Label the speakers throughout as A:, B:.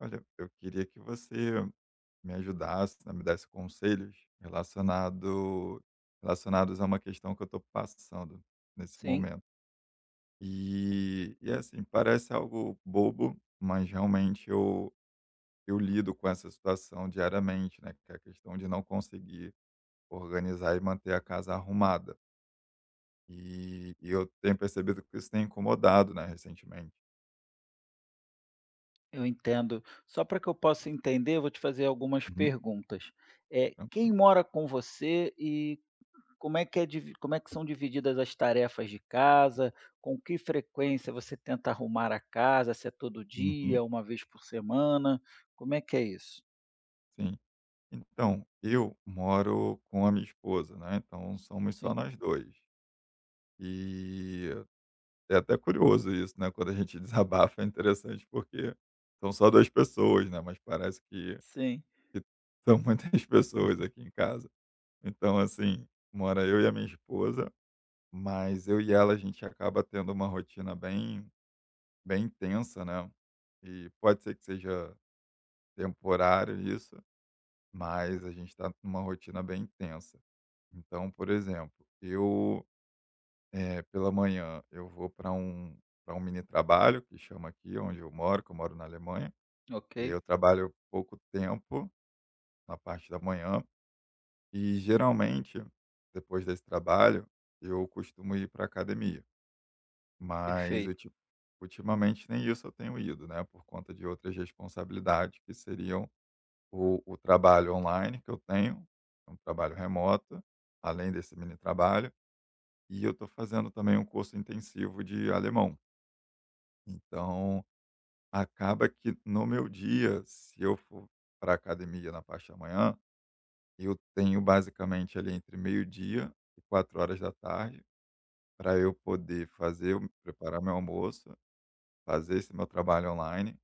A: Olha, eu queria que você me ajudasse, né, me desse conselhos relacionados a uma questão que eu estou passando nesse
B: Sim,
A: momento. E assim, parece algo bobo, mas realmente eu lido com essa situação diariamente, né? Que é a questão de não conseguir organizar e manter a casa arrumada. E eu tenho percebido que isso tem incomodado, né, recentemente.
B: eu entendo. Só para que eu possa entender, eu vou te fazer algumas
A: Uhum,
B: perguntas. É, quem
A: tranquilo.
B: mora com você e como é que são divididas as tarefas de casa? Com que frequência você tenta arrumar a casa? Se é todo
A: Uhum,
B: dia, uma vez por semana? Como é que é isso?
A: sim. Então, eu moro com a minha esposa, né, então somos só
B: Sim,
A: nós dois. E é até curioso isso, né, quando a gente desabafa é interessante porque são só 2 pessoas, né, mas parece que
B: sim,
A: que são muitas pessoas aqui em casa. Então assim, mora eu e a minha esposa, mas eu e ela a gente acaba tendo uma rotina bem intensa, né, e pode ser que seja temporário isso, mas a gente está numa rotina bem intensa. Então, por exemplo, pela manhã eu vou para um mini trabalho que chama aqui onde eu moro, que eu moro na Alemanha,
B: ok,
A: e aí eu trabalho pouco tempo na parte da manhã e geralmente depois desse trabalho eu costumo ir para academia, mas
B: perfeito.
A: ultimamente nem isso eu tenho ido, né, por conta de outras responsabilidades que seriam o trabalho online que eu tenho, é um trabalho remoto, além desse mini trabalho e eu estou fazendo também um curso intensivo de alemão. Então, acaba que no meu dia, se eu for para a academia na parte da manhã, eu tenho basicamente ali entre meio-dia e 4 horas da tarde para eu poder fazer, preparar meu almoço, fazer esse meu trabalho online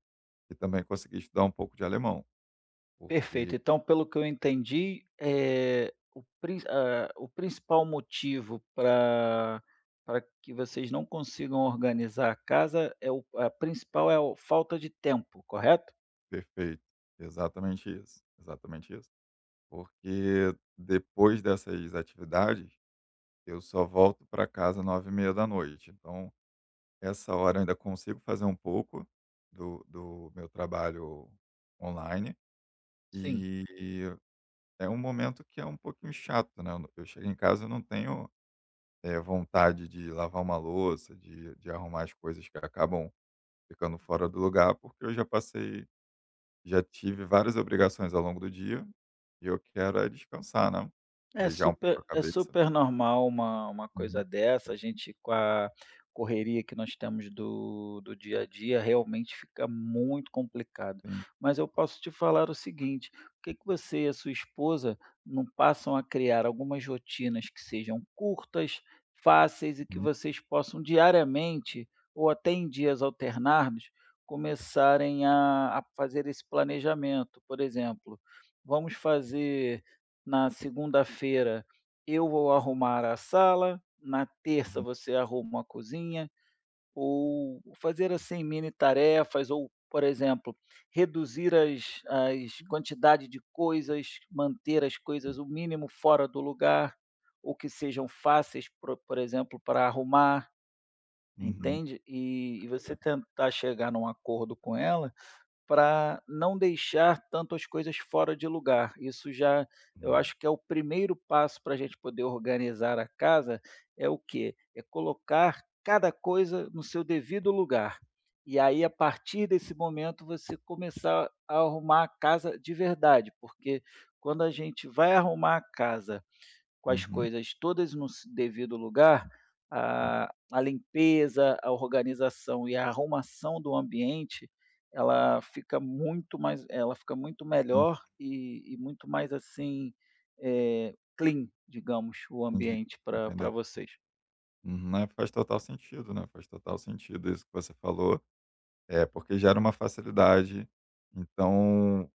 A: e também conseguir estudar um pouco de alemão, porque.
B: Perfeito. Então, pelo que eu entendi, o principal motivo para pra que vocês não consigam organizar a casa é o a principal é a falta de tempo, correto?
A: Perfeito, exatamente isso, exatamente isso. Porque depois dessas atividades, eu só volto para casa 9h30 da noite. Então, essa hora eu ainda consigo fazer um pouco do meu trabalho online,
B: Sim.
A: e é um momento que é um pouquinho chato, né. Eu chego em casa, eu não tenho, vontade de lavar uma louça, de arrumar as coisas que acabam ficando fora do lugar, porque eu já tive várias obrigações ao longo do dia, e eu quero é descansar, né.
B: É
A: Arejar um pouco
B: super,
A: a
B: é
A: cabeça.
B: super normal uma
A: Uhum,
B: coisa dessa, a gente com a correria que nós temos do dia a dia, realmente fica muito complicado.
A: sim.
B: Mas eu posso te falar o seguinte, por que que você e a sua esposa não passam a criar algumas rotinas que sejam curtas, fáceis e que
A: Uhum,
B: vocês possam diariamente, ou até em dias alternados, começarem a fazer esse planejamento. Por exemplo, vamos fazer na segunda-feira eu vou arrumar a sala, na terça
A: uhum,
B: você arruma a cozinha, ou fazer assim mini tarefas, ou, por exemplo, reduzir as quantidade de coisas, manter as coisas
A: sim.
B: o mínimo fora do lugar, ou que sejam fáceis, por exemplo, para arrumar,
A: Uhum.
B: entende? E você tentar chegar num acordo com ela para não deixar tanto as coisas fora de lugar. Isso já, eu
A: Hum,
B: acho que é o primeiro passo para a gente poder organizar a casa, é o quê? É colocar cada coisa no seu devido lugar. E aí, a partir desse momento, você começar a arrumar a casa de verdade, porque quando a gente vai arrumar a casa com as
A: uhum,
B: coisas todas no s devido lugar,
A: en
B: a limpeza, a organização e a arrumação do ambiente, ela fica muito
A: en-
B: melhor e muito mais, assim, clean, digamos, o
A: entendi,
B: ambiente para
A: entendendo.
B: pra vocês.
A: Uhum, é, faz total sentido, né, faz total sentido isso que você falou, é porque gera uma facilidade, então,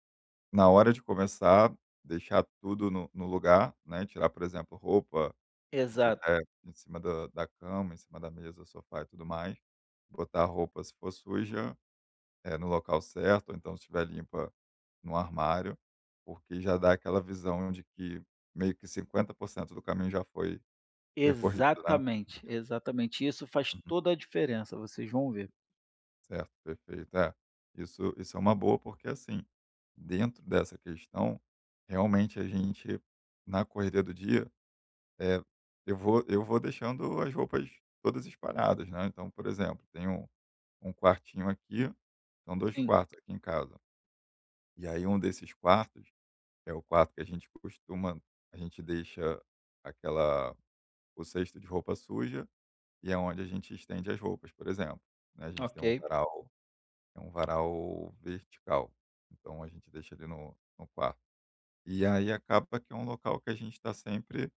A: na hora de começar, deixar tudo no lugar, né, tirar, por exemplo, roupa, se
B: Exato.
A: tiver em cima da cama, em cima da mesa, sofá e tudo mais, botar a roupa, se for suja, no local certo, ou então se estiver limpa, no armário, porque já dá aquela visão de que meio que 50% do caminho já foi percorrido, né.
B: Exatamente, exatamente. Isso faz
A: Uhum.
B: toda a diferença, vocês vão ver.
A: Certo, perfeito. É, isso é uma boa, porque, assim, dentro dessa questão, realmente a gente, na correria do dia, é, eu vou deixando as roupas todas espalhadas, né. Então, por exemplo, tem um quartinho aqui, são dois
B: Sim,
A: quartos aqui em casa, e aí um desses quartos é o quarto que a gente costuma. A gente deixa aquela o cesto de roupa suja e é onde a gente estende as roupas, por exemplo, né. A gente tem
B: ok.
A: um varal. É um varal vertical, então a gente deixa ele no quarto. E aí acaba que é um local que a gente está sempre.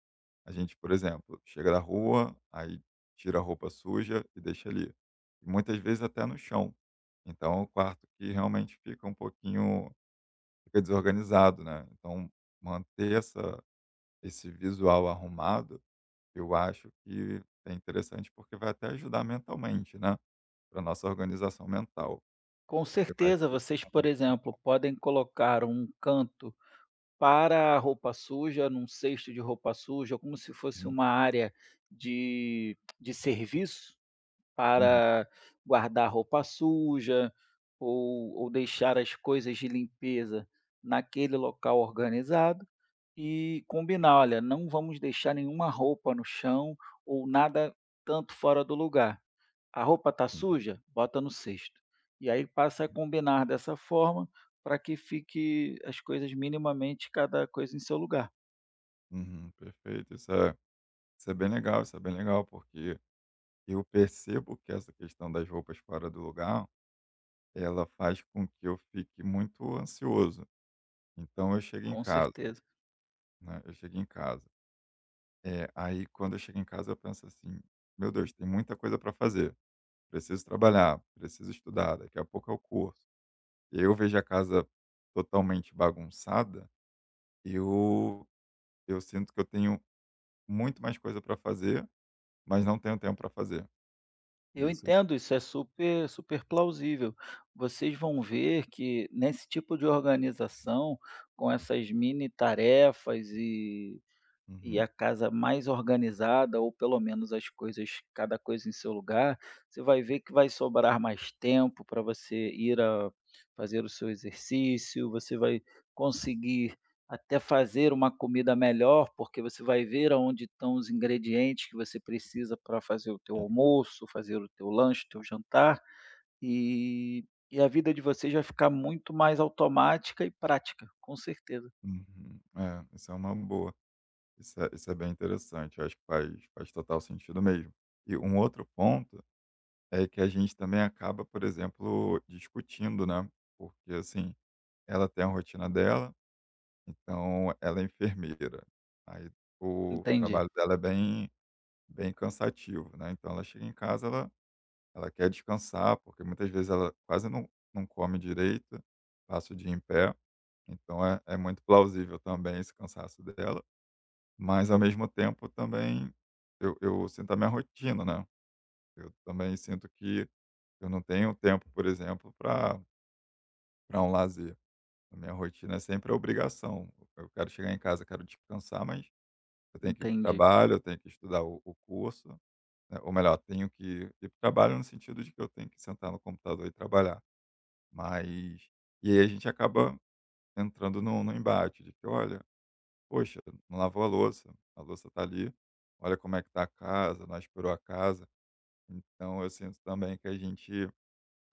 A: A gente, por exemplo, chega da rua, aí tira a roupa suja e deixa ali. E muitas vezes até no chão. Então é um quarto que realmente fica um pouquinho fica desorganizado, né. Então manter essa esse visual arrumado, eu acho que é interessante, porque vai até ajudar mentalmente, né, para nossa organização mental.
B: Com
A: Eu acho
B: certeza,
A: que
B: vocês,
A: é um,
B: por exemplo, podem colocar um canto para a roupa suja, num cesto de roupa suja, como se fosse
A: um
B: uma área de serviço
A: Uhum,
B: para guardar roupa suja, ou deixar as coisas de limpeza naquele local organizado e combinar: "Olha, não vamos deixar nenhuma roupa no chão ou nada tanto fora do lugar". A roupa está
A: entendi.
B: suja? Bota no cesto. E aí passa a combinar dessa forma para que fique as coisas minimamente cada coisa em seu lugar,
A: Uhum, perfeito. Isso é bem legal, isso é bem legal, porque eu percebo que essa questão das roupas fora do lugar, ela faz com que eu fique muito ansioso. Então eu chego em
B: com
A: casa,
B: certeza.
A: né, eu chego em casa, é aí quando eu chego em casa eu penso assim: "Meu Deus, tem muita coisa para fazer, preciso trabalhar, preciso estudar, daqui a pouco é o curso". E aí eu vejo a casa totalmente bagunçada, eu eu sinto que eu tenho muito mais coisa para fazer. Mas não tenho tempo para fazer.
B: Eu
A: Isso.
B: entendo, isso é super, super plausível. Vocês vão ver que nesse tipo de organização, com essas mini tarefas e
A: Uhum.
B: a casa mais organizada, ou pelo menos as coisas, cada coisa em seu lugar, você vai ver que vai sobrar mais tempo para você ir a fazer o seu exercício, você vai conseguir até fazer uma comida melhor, porque você vai ver aonde estão os ingredientes que você precisa para fazer o teu almoço, fazer o teu lanche, o teu jantar, e a vida de vocês vai ficar muito mais automática e prática, com certeza.
A: Uhum. É, isso é uma boa. Isso é bem interessante, eu acho que faz total sentido mesmo. E um outro ponto é que a gente também acaba, por exemplo, discutindo, né, porque, assim, ela tem a rotina dela, então ela é enfermeira, aí o
B: Entendi,
A: trabalho dela é bem cansativo, né, então ela chega em casa, ela quer descansar, porque muitas vezes ela quase não come direito, passa o dia em pé. Então é muito plausível também esse cansaço dela, mas ao mesmo tempo também eu sinto a minha rotina, né. Eu também sinto que eu não tenho tempo, por exemplo, para pra um lazer. A minha rotina é sempre a obrigação. Eu quero chegar em casa, quero descansar, mas eu tenho que ir para o
B: entendi.
A: trabalho, eu tenho que estudar o curso, né, ou melhor, tenho que ir para o trabalho no sentido de que eu tenho que sentar no computador e trabalhar. Mas e aí a gente acaba entrando num embate de que: "Olha". Poxa, não lavou a louça tá ali, olha como é que tá a casa, não aspirou a casa. Então eu sinto também que a gente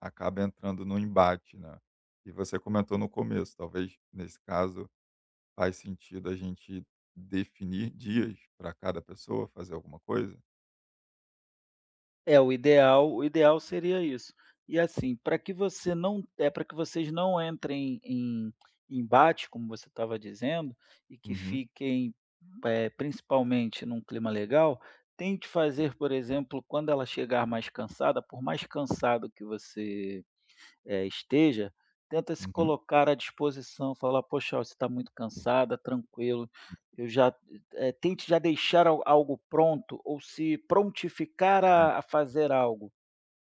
A: acaba entrando num embate, né? E você comentou no começo, talvez nesse caso faz sentido a gente definir dias para cada pessoa fazer alguma coisa?
B: É, o ideal seria isso. E assim, para que vocês não entrem em embate, como você estava dizendo, e que
A: Uhum,
B: fiquem, principalmente num clima legal, tente fazer, por exemplo, quando ela chegar mais cansada, por mais cansado que você esteja, tenta se
A: uhum,
B: colocar à disposição, falar: "Poxa, olha, você está muito cansada, tranquilo". Eu já tente já deixar al algo pronto ou se prontificar
A: en-
B: a fazer algo.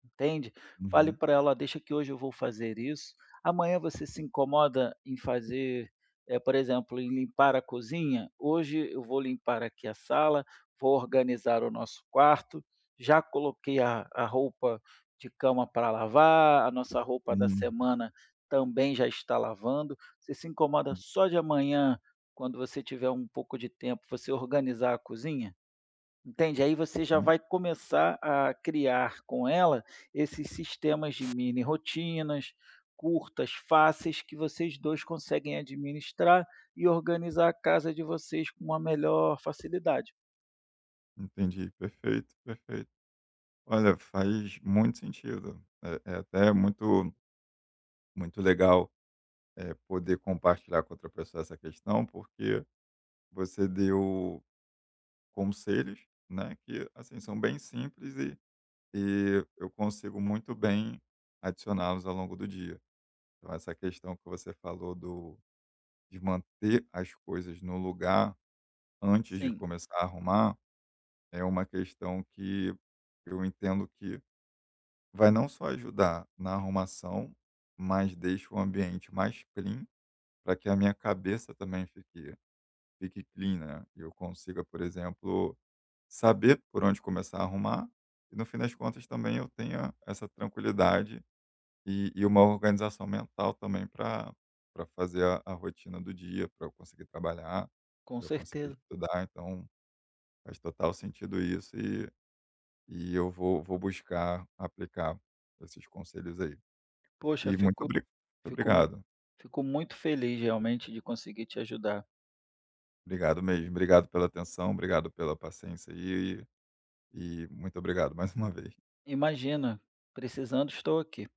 B: Entende? Fale
A: uhum,
B: para ela: "Deixa que hoje eu vou fazer isso". Amanhã você se incomoda em fazer, por exemplo, em limpar a cozinha? Hoje eu vou limpar aqui a sala, vou organizar o nosso quarto, já coloquei a roupa de cama para lavar, a nossa roupa da
A: uhum,
B: semana também já está lavando. Você se incomoda só de amanhã, quando você tiver um pouco de tempo, você organizar a cozinha? Entende? Aí você já
A: uhum.
B: vai começar a criar com ela esses sistemas de mini rotinas, curtas, fáceis, que vocês 2 conseguem administrar e organizar a casa de vocês com uma melhor facilidade.
A: Entendi, perfeito, perfeito. Olha, faz muito sentido. É, é até muito, muito legal poder compartilhar com outra pessoa essa questão, porque você deu conselhos, né, que assim são bem simples e eu consigo muito bem adicioná-los ao longo do dia. Então essa questão que você falou do de manter as coisas no lugar antes de
B: Sim,
A: começar a arrumar é uma questão que eu entendo que vai não só ajudar na arrumação, mas deixa o ambiente mais clean para que a minha cabeça também fique clean, né, e eu consiga, por exemplo, saber por onde começar a arrumar e no fim das contas também eu tenha essa tranquilidade e uma organização mental também para fazer a rotina do dia, para eu conseguir trabalhar,
B: com
A: para eu conseguir
B: certeza.
A: estudar, então faz total sentido isso e eu vou buscar aplicar esses conselhos aí.
B: Poxa,
A: E muito
B: fico mu
A: obrigado.
B: fico muito feliz realmente de conseguir te ajudar.
A: Obrigado mesmo, obrigado pela atenção, obrigado pela paciência aí e muito obrigado mais uma vez.
B: Imagina, precisando estou aqui.